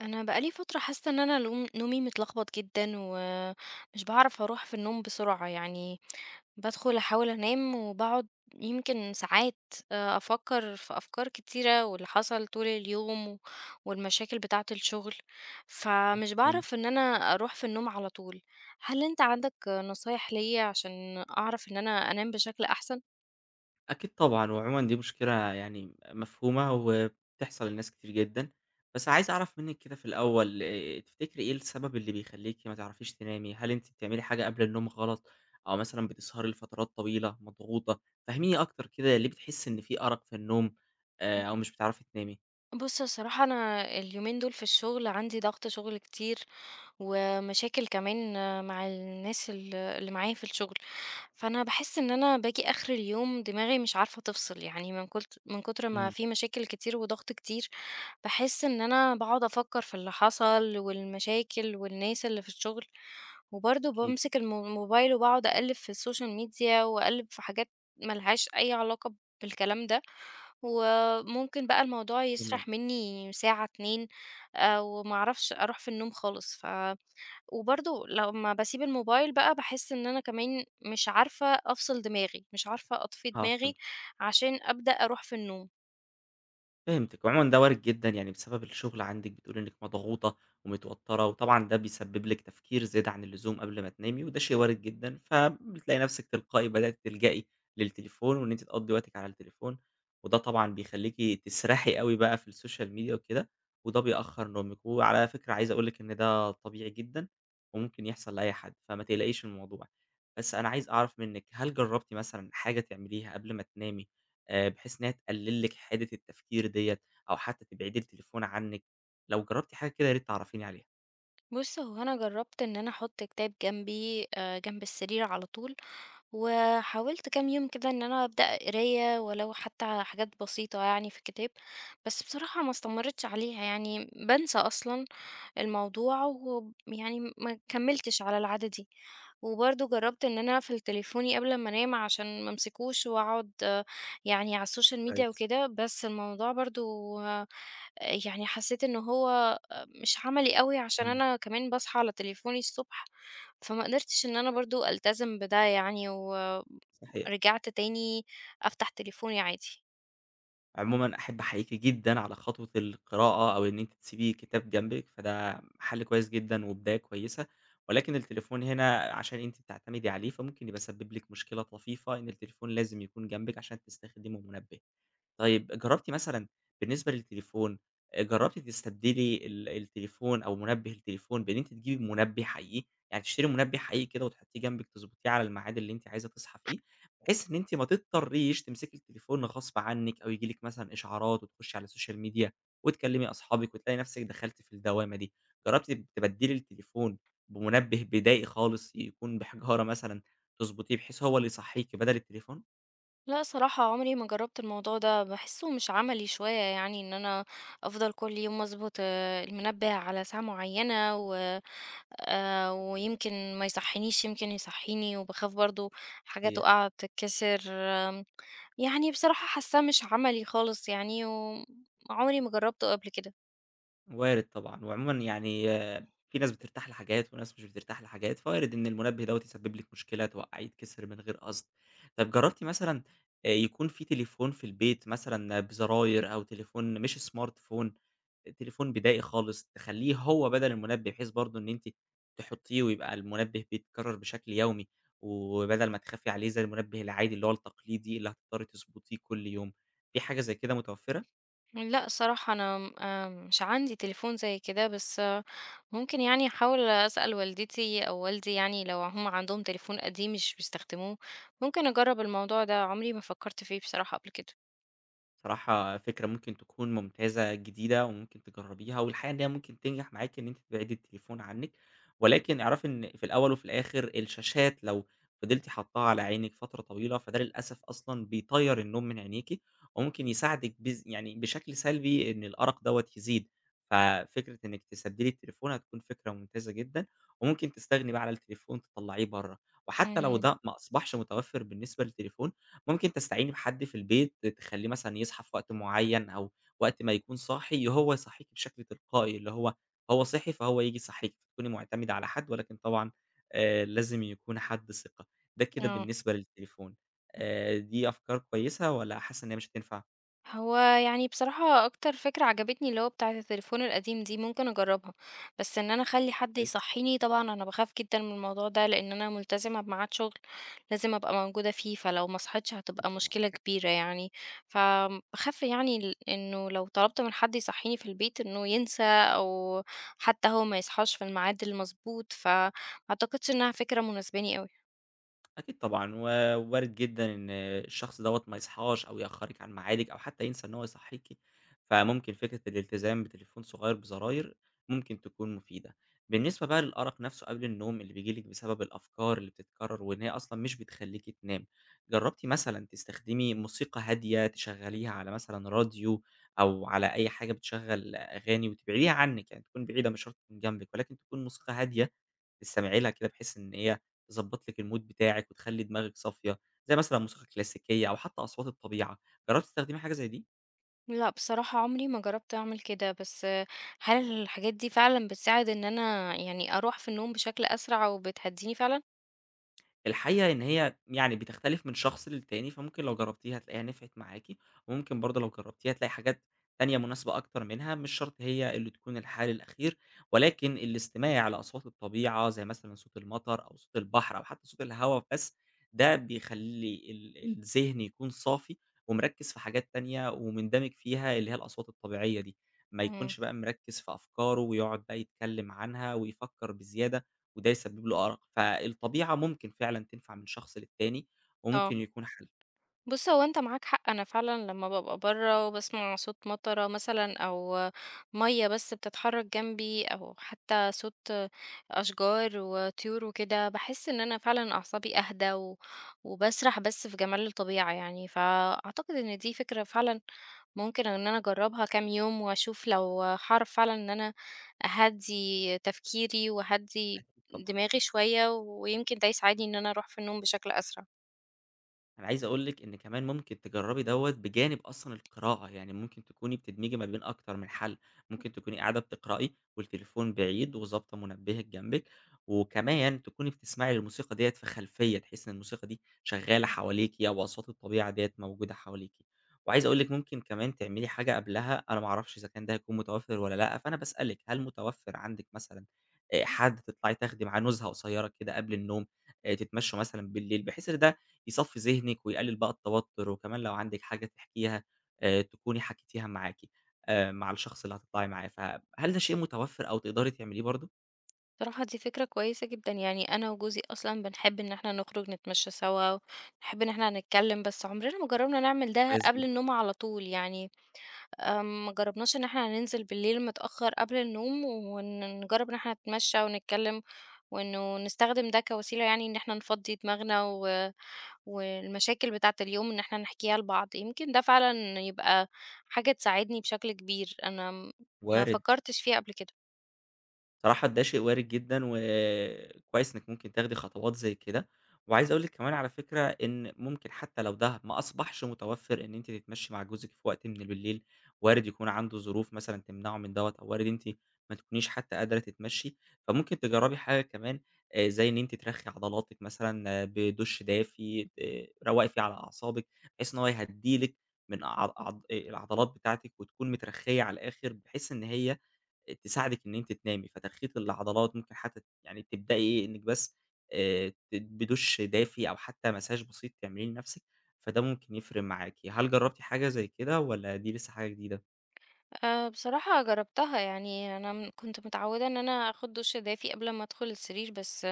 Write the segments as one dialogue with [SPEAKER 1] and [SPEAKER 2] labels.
[SPEAKER 1] انا بقالي فتره حاسه نومي متلخبط جدا ومش بعرف اروح في النوم بسرعه يعني. بدخل احاول انام وبقعد يمكن ساعات. افكر في افكار كتيره واللي حصل طول اليوم والمشاكل بتاعه الشغل، فمش
[SPEAKER 2] مفهوم.
[SPEAKER 1] بعرف ان انا اروح في النوم على طول. هل انت عندك نصايح ليا عشان اعرف ان انا انام بشكل احسن؟
[SPEAKER 2] أكيد طبعًا، وعمومًا دي مشكلة يعني مفهومة وبتحصل لناس كتير جدًا، بس عايز أعرف منِّك كده في الأول تفتكري إيه السبب اللي بيخلّيكِ ما تعرفيش تنامي؟ هل أنتِ بتعملي حاجة قبل النوم غلط أو مثلًا بتسهري لفترات طويلة، مضغوطة؟ فهّميني أكتر كده ليه بتحسّي إن في أرق في النوم أو مش بتعرفي تنامي؟
[SPEAKER 1] بُص الصراحة أنا اليومين دول في الشغل عندي ضغط شغل كتير، ومشاكل كمان مع الناس اللي معايا في الشغل، فأنا باحس إن أنا باجي آخر اليوم دماغي مش عارفة تفصل، يعني من كتر ما
[SPEAKER 2] إمم،
[SPEAKER 1] في مشاكل كتير وضغط كتير، باحس إن أنا باقعد أفكر في اللي حصل والمشاكل والناس اللي في الشغل، وبرضه
[SPEAKER 2] أكيد،
[SPEAKER 1] بامسك الموبايل وباقعد أقلب في السوشيال ميديا وأقلب في حاجات ما لهاش أي علاقة بالكلام ده. وممكن بقى الموضوع
[SPEAKER 2] تمام،
[SPEAKER 1] يسرح مني ساعة 2، وما أعرفش أروح في النوم خالص وبرضه لمّا باسيب الموبايل بقى باحس إن أنا كمان مش عارفة أفصل دماغي، مش عارفة أطفي
[SPEAKER 2] آه،
[SPEAKER 1] دماغي
[SPEAKER 2] فهمت.
[SPEAKER 1] عشان أبدأ أروح في النوم.
[SPEAKER 2] فهمتِك، وعمومًا ده وارد جدًا، يعني بسبب الشغل عندِك بتقولي إنِّك مضغوطة ومتوترة، وطبعًا ده بيسبب لِك تفكير زيادة عن اللزوم قبل ما تنامي، وده شيء وارد جدًا، فبتلاقي نفسِك تلقائي بدأتِ تلجئي للتليفون، وإن أنتِ تقضّي وقتِك على التليفون، وده طبعًا بيخلّيكِ تسرحي أوي بقى في السوشيال ميديا وكده، وده بيأخّر نومِك. وعلى فكرة عايز أقول لِك إن ده طبيعي جدًا، وممكن يحصل لأي حد، فما تقلقيش من الموضوع. بس أنا عايز أعرف منِّك، هل جرّبتِ مثلًا حاجة تعمليها قبل ما تنامي بحيث إنها تقلل لِك حِدِة التفكير ديّة، أو حتى تبعدي التليفون عنِك، لو جرّبتِ حاجة كده يا ريت تعرّفيني عليها.
[SPEAKER 1] بُص، هو أنا جرّبت إن أنا أحط كتاب جنبي جنب السرير على طول، وحاولت كام يوم كده إن أنا أبدأ قراية ولو حتى حاجات بسيطة يعني في الكتاب، بس بصراحة ما استمرتش عليها يعني بانسى أصلًا الموضوع ويعني ما كمّلتش على العادة دي، وبرضه جرّبت إن أنا أقفل تليفوني قبل ما أنام عشان ما أمسكوش وأقعد، يعني على الSocial media
[SPEAKER 2] كويس،
[SPEAKER 1] وكده، بس الموضوع برضه، آآ يعني حسّيت إن هو مش عملي أوي عشان
[SPEAKER 2] إمم.
[SPEAKER 1] أنا كمان باصحى على تليفوني الصبح، فما قدرتش إن أنا برضه ألتزم بده يعني،
[SPEAKER 2] صحيح.
[SPEAKER 1] ورجعت تاني أفتح تليفوني عادي.
[SPEAKER 2] عمومًا أحب أحييكِ جدًا على خطوة القراءة، أو إن أنتِ تسيبي كتاب جنبِك، فده حَل كويس جدًا وبداية كويسة، ولكن التليفون هنا عشان أنتِ بتعتمدي عليه، فممكن يبقى سبِّب لِك مشكلة طفيفة إن التليفون لازم يكون جنبِك عشان تستخدمه منبه. طيب جربتِ مثلًا بالنسبة للتليفون، جربتِ تستبدلي التليفون أو منبه التليفون بإن أنتِ تجيبي منبه حقيقي، يعني تشتري منبه حقيقي كده وتحطيه جنبِك تضبطيه على الميعاد اللي أنتِ عايزة تصحي فيه، بحيث إن أنتِ ما تضطريش تمسكي التليفون غصب عنِك أو ييجي لِك مثلًا إشعارات وتخشي على السوشيال ميديا وتكلمي أصحابِك وتلاقي نفسِك دخلتِ في الدوامة دي، جربتِ تبدلي التليفون بمنبه بدائي خالص يكون بحجارة مثلًا تضبطيه بحيث هو اللي يصحيكِ بدل التليفون؟
[SPEAKER 1] لا صراحة عمري ما جربت الموضوع ده، بحسه مش عملي شوية، يعني ان انا افضل كل يوم اظبط، المنبه على ساعة معينة ويمكن ما يصحينيش، يمكن يصحيني وبخاف برضو حاجة
[SPEAKER 2] صحيح.
[SPEAKER 1] تقع بتتكسر، يعني بصراحة حاساه مش عملي خالص يعني، وعمري ما جربته قبل كده.
[SPEAKER 2] وارد طبعًا، وعمومًا يعني آه، في ناس بترتاح لحاجات وناس مش بترتاح لحاجات، فوارد إن المنبه دوّة يسبب لِك مشكلة، توقّعيه يتكسر من غير قصد. طب جربتِ مثلًا يكون في تليفون في البيت مثلًا بزراير أو تليفون مش smart phone، تليفون بدائي خالص تخلّيه هو بدل المنبه، بحيث برضه إن أنتِ تحطيه ويبقى المنبه بيتكرر بشكل يومي، وبدل ما تخافي عليه زي المنبه العادي اللي هو التقليدي اللي هتضطري تضبطيه كل يوم، في حاجة زي كده متوفرة؟
[SPEAKER 1] لأ صراحة أنا م مش عندي تليفون زي كده، بس ممكن يعني أحاول أسأل والدتي أو والدي، يعني لو هم عندهم تليفون قديم مش بيستخدموه، ممكن أجرّب الموضوع ده، عمري ما فكّرت فيه بصراحة قبل كده.
[SPEAKER 2] صراحة فكرة ممكن تكون ممتازة جديدة وممكن تجربيها، والحقيقة إن هي ممكن تنجح معاكِ إن أنتِ تبعدي التليفون عنِك، ولكن اعرفي إن في الأول وفي الآخر الشاشات لو فضلتِ حاطاها على عينِك فترة طويلة، فده للأسف أصلًا بيطيّر النوم من عينيكِ، وممكن يساعدِك يعني بشكل سلبي إن الأرق دوّة يزيد، ففكرة إنِك تسدّلي التليفون هتكون فكرة ممتازة جدًا، وممكن تستغني بقى على التليفون تطلّعيه برّه، وحتى لو
[SPEAKER 1] إمم.
[SPEAKER 2] ده ما أصبحش متوفر بالنسبة للتليفون ممكن تستعيني بحد في البيت، تخلّيه مثلًا يصحى في وقت معيّن أو وقت ما يكون صاحي هو يصحّيكِ بشكل تلقائي، اللي هو هو صِحي فهو ييجي يصحّيكِ، تكوني مُعتمدة على حد ولكن طبعًا لازم يكون حد ثقة، ده كده
[SPEAKER 1] آه.
[SPEAKER 2] بالنسبة للتليفون. دي أفكار كويسة والّا حاسة إن هي مش هتنفع؟
[SPEAKER 1] هو يعني بصراحة أكتر فكرة عجبتني اللي هو بتاعة التليفون القديم دي، ممكن أجربها. بس إن أنا أخلي حد
[SPEAKER 2] كويس.
[SPEAKER 1] يصحيني، طبعا أنا بخاف جدا من الموضوع ده لأن أنا ملتزمة بميعاد شغل لازم أبقى موجودة فيه، فلو ما صحيتش هتبقى مشكلة كبيرة يعني، فبخاف يعني إنه لو طلبت من حد يصحيني في البيت إنه ينسى، أو حتى هو ما يصحاش في الميعاد المظبوط، فمعتقدش إنها فكرة مناسباني أوي.
[SPEAKER 2] أكيد طبعًا، ووارد جدًا إن الشخص دوّة ما يصحاش أو يأخّرِك عن ميعادِك أو حتى ينسى إن هو يصحّيكِ، فممكن فكرة الالتزام بتليفون صغير بزراير ممكن تكون مفيدة. بالنسبة بقى للأرق نَفْسه قبل النوم اللي بييجي لِك بسبب الأفكار اللي بتتكرّر وإن هي أصلًا مش بتخلّيكِ تنامي، جرّبتِ مثلًا تستخدمي موسيقى هادية تشغّليها على مثلًا راديو أو على أي حاجة بتشغّل أغاني وتبعديها عنِّك، يعني تكون بعيدة مش شرط تكون جنبِك ولكن تكون موسيقى هادية تستمعي لها كده بحيث إن هي تضبّط لِك المود بتاعِك وتخلّي دماغِك صافية، زي مثلًا موسيقى كلاسيكية أو حتى أصوات الطبيعة، جرّبتِ تستخدمي حاجة زي دي؟
[SPEAKER 1] لأ، بصراحة عمري ما جرّبت أعمل كده، بس هل الحاجات دي فعلًا بتساعد إن أنا يعني أروح في النوم بشكل أسرع وبتهدّيني فعلًا؟
[SPEAKER 2] الحقيقة إن هي يعني بتختلف من شخص للتاني، فممكن لو جرّبتيها هتلاقيها نفعِت معاكِ، وممكن برضه لو جرّبتيها هتلاقي حاجات تانية مناسبة أكتر منها، مش شرط هي اللي تكون الحل الأخير، ولكن الاستماع لأصوات الطبيعة زي مثلًا صوت المطر أو صوت البحر أو حتى صوت الهوا بس، ده بيخلّي الذهن يكون صافي ومركّز في حاجات تانية ومندمج فيها اللي هي الأصوات الطبيعية دي، ما
[SPEAKER 1] إمم.
[SPEAKER 2] يكونش بقى مركّز في أفكاره ويقعد بقى يتكلم عنها ويفكّر بزيادة، وده يسبب له أرق، فالطبيعة ممكن فعلًا تنفع من شخص للتاني،
[SPEAKER 1] آه.
[SPEAKER 2] وممكن يكون حل.
[SPEAKER 1] بُص، هو أنت معاك حق، أنا فعلًا لمّا بابقى برّه وباسمع صوت مطرة مثلًا أو مَيّة بس بتتحرك جنبي أو حتى صوت أشجار وطيور وكده، باحس إن أنا فعلًا أعصابي أهدى و وباسرح بس في جمال الطبيعة، يعني فأعتقد إن دي فكرة فعلًا ممكن إن أنا أجرّبها كام يوم، وأشوف لو هاعرف فعلًا إن أنا أهدّي تفكيري وأهدّي
[SPEAKER 2] أكيد طبعًا.
[SPEAKER 1] دماغي شوية، ويمكن ده يساعدني إن أنا أروح في النوم بشكل أسرع.
[SPEAKER 2] أنا عايز أقول لِك إن كمان ممكن تجرّبي دوّة بجانب أصلًا القراءة، يعني ممكن تكوني بتدمجي ما بين أكتر من حَل، ممكن تكوني قاعدة بتقرأي والتليفون بعيد وضابطة منبهِك جنبِك، وكمان تكوني بتسمعي الموسيقى ديّة في خلفية، تحسّي إن الموسيقى دي شغّالة حواليكِ أو أصوات الطبيعة ديّة موجودة حواليكِ. وعايز أقول لِك ممكن كمان تعملي حاجة قبلها، أنا ما أعرفش إذا كان ده هيكون متوفّر والّا لأ، فأنا باسألِك هل متوفّر عندِك مثلًا حد تطلعي تاخدي معاه نُزهة قصيّرة كده قبل النوم، تتمشّوا مثلًا بالليل، بحيث إن ده يصفّي ذهنِك ويقلل بقى التوتر، وكمان لو عندِك حاجة تحكيها تكوني حكيتيها معاكِ مع الشخص اللي هتطلعي معاه، فهل ده شيء متوفّر أو تقدري تعمليه برضه؟
[SPEAKER 1] بصراحة دي فكرة كويسة جدًا، يعني أنا وجوزي أصلًا بنحب إن إحنا نخرج نتمشى سوا، نحب إن إحنا نتكلم، بس عمرنا ما جرّبنا نعمل ده
[SPEAKER 2] كويس
[SPEAKER 1] قبل
[SPEAKER 2] جدًا،
[SPEAKER 1] النوم على طول، يعني ما جرّبناش إن إحنا ننزل بالليل متأخر قبل النوم نجرّب إن إحنا نتمشى ونتكلم، وإنه نستخدم ده كوسيلة يعني إن إحنا نفضّي دماغنا و والمشاكل بتاعة اليوم إن إحنا نحكيها لبعض، يمكن ده فعلًا يبقى حاجة تساعدني بشكل كبير، أنا ما
[SPEAKER 2] وارد.
[SPEAKER 1] فكّرتش فيها قبل كده.
[SPEAKER 2] صراحة ده شيء وارد جدًا، وكويس إنِّك ممكن تاخدي خطوات زي كده، وعايز أقول لِك كمان على فكرة إن ممكن حتى لو ده ما أصبحش متوفر إن أنتِ تتمشي مع جوزِك في وقت من بالليل، وارد يكون عنده ظروف مثلًا تمنعه من دوّة، أو وارد أنتِ ما تكونيش حتى قادرة تتمشي، فممكن تجربي حاجة كمان زي إن أنتِ ترخي عضلاتِك مثلًا آه، بدُش دافي، روّقي فيه على أعصابِك، بحيث إن هو يهدّي لِك من عض العضلات بتاعتِك، وتكون مترخية على الآخر، بحيث إن هي تساعدِك إن أنتِ تنامي، فترخية العضلات ممكن حتى يعني تبدئي إيه، إنِّك بس ت بدُش دافي أو حتى مساج بسيط تعمليه لنفسِك، فده ممكن يفرق معاكِ. هل جرّبتِ حاجة زي كده والّا دي لسه حاجة جديدة؟
[SPEAKER 1] بصراحة جربتها، يعني أنا كنت متعودة إن أنا أخد دش دافي قبل ما أدخل السرير، بس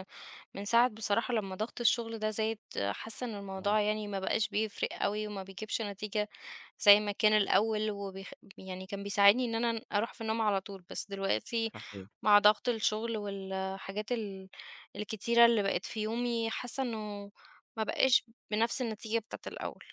[SPEAKER 1] من ساعة بصراحة لما ضغط الشغل ده زايد، حاسة إن
[SPEAKER 2] آه،
[SPEAKER 1] الموضوع يعني ما بقاش بيفرق قوي وما بيجيبش نتيجة زي ما كان الأول، يعني كان بيساعدني إن أنا أروح في النوم على طول، بس دلوقتي
[SPEAKER 2] صح.
[SPEAKER 1] مع ضغط الشغل والحاجات الكتيرة اللي بقت في يومي، حاسة إنه ما بقاش بنفس النتيجة بتاعت الأول.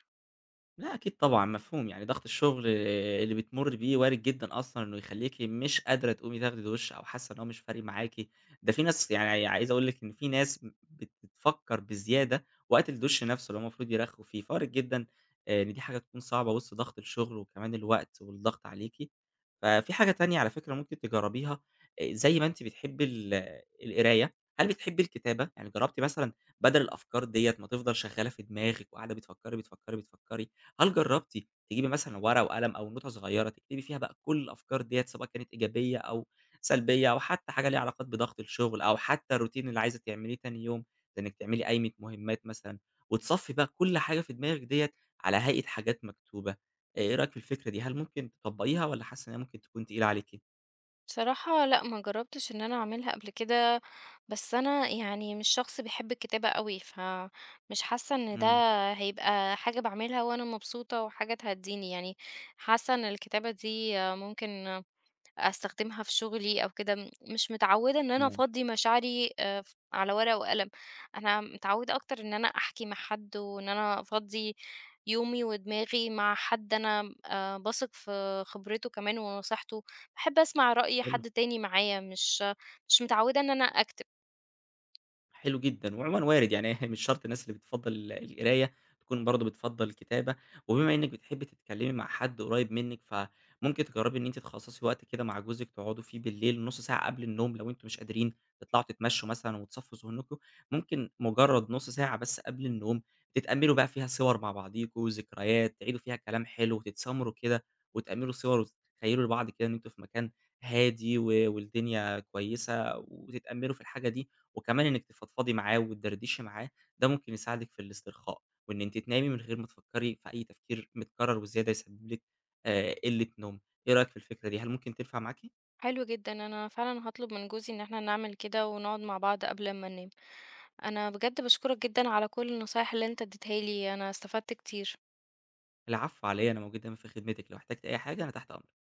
[SPEAKER 2] لأ أكيد طبعًا مفهوم، يعني ضغط الشغل اللي بتمُرّي بيه وارد جدًا أصلًا إنه يخلّيكِ مش قادرة تقومي تاخدي دُش أو حاسة إن هو مش فارق معاكِ، ده في ناس يعني عايز أقول لِك إن في ناس بتفكّر بزيادة وقت الدُش نَفْسه اللي هو المفروض يرخّوا فيه، فوارد جدًا إن دي حاجة تكون صعبة وِسط ضغط الشغل وكمان الوقت والضغط عليكِ. ففي حاجة تانية على فكرة ممكن تجرّبيها زي ما أنتِ بتحبّي القراية، هل بتحبّي الكتابة؟ يعني جرّبتِ مثلًا بَدَل الأفكار ديّة ما تفضل شغّالة في دماغِك وقاعدة بتفكّري، بتفكّري، بتفكّري هل جرّبتِ تجيبي مثلًا ورقة وقلم أو نوتة صغيّرة تكتبي فيها بقى كل الأفكار ديّة سواء كانت إيجابية أو سلبية أو حتى حاجة ليها علاقات بضغط الشغل أو حتى الروتين اللي عايزة تعمليه تاني يوم، زي إنِّك تعملي قايمة مهمّات مثلًا وتصفّي بقى كل حاجة في دماغِك ديّة على هيئة حاجات مكتوبة، إيه رأيِك في الفكرة دي؟ هل ممكن تطبّقيها والّا حاسّة إنها ممكن تكون تقيلة عليكِ؟
[SPEAKER 1] بصراحة لأ، ما جرّبتش إن أنا أعملها قبل كده، بس أنا يعني مش شخص بيحب الكتابة أوي، فمش حاسة إن ده
[SPEAKER 2] إمم،
[SPEAKER 1] هيبقى حاجة باعملها وأنا مبسوطة وحاجة تهدّيني، يعني حاسة إن الكتابة دي ممكن أستخدمها في شغلي أو كده، مش متعوّدة إن أنا
[SPEAKER 2] تمام،
[SPEAKER 1] أفضّي مشاعري ف على ورقة وقلم، أنا متعوّدة أكتر إن أنا أحكي مع حد، وإن أنا أفضّي يومي ودماغي مع حد أنا باثق في خبرته كمان ونصيحته، باحب أسمع رأي
[SPEAKER 2] حلو.
[SPEAKER 1] حد تاني معايا، مش متعوّدة إن أنا أكتب.
[SPEAKER 2] حلو جدًا، وعمومًا وارد يعني مش شرط الناس اللي بتفضّل القراية تكون برضه بتفضّل الكتابة، وبما إنِّك بتحبّي تتكلّمي مع حد قريّب منِّك، فممكن تجرّبي إن أنتِ تخصّصي وقت كده مع جوزِك تقعدوا فيه بالليل نُص ساعة قبل النوم لو أنتم مش قادرين تطلعوا تتمشّوا مثلًا وتصفّوا ذهنكم، ممكن مجرّد نُص ساعة بس قبل النوم تتأمّلوا بقى فيها صور مع بعضيكم وذكريات، تعيدوا فيها كلام حلو وتتسامروا كده وتأمّلوا صور وتتخيّلوا لبعض كده إن أنتم في مكان هادي و والدنيا كويسة وتتأمّلوا في الحاجة دي، وكمان إنِّك تفضفضي معاه وتدردشي معاه، ده ممكن يساعدِك في الاسترخاء، وإن أنتِ تنامي من غير ما تفكّري في أي تفكير متكرر وزيادة يسبب لِك قلة نوم، إيه رأيك في الفكرة دي؟ هل ممكن تنفع معاكِ؟
[SPEAKER 1] حلو جدًا، أنا فعلًا هاطلب من جوزي إن إحنا نعمل كده ونقعد مع بعض قبل أمّا ننام. أنا بجد باشكرك جدًا على كل النصايح اللي أنت ادّيتها لي، أنا استفدت كتير.
[SPEAKER 2] العفو على إيه، أنا موجود دايمًا في خدمتِك، لو احتجتِ أي حاجة أنا تحت أمرِك.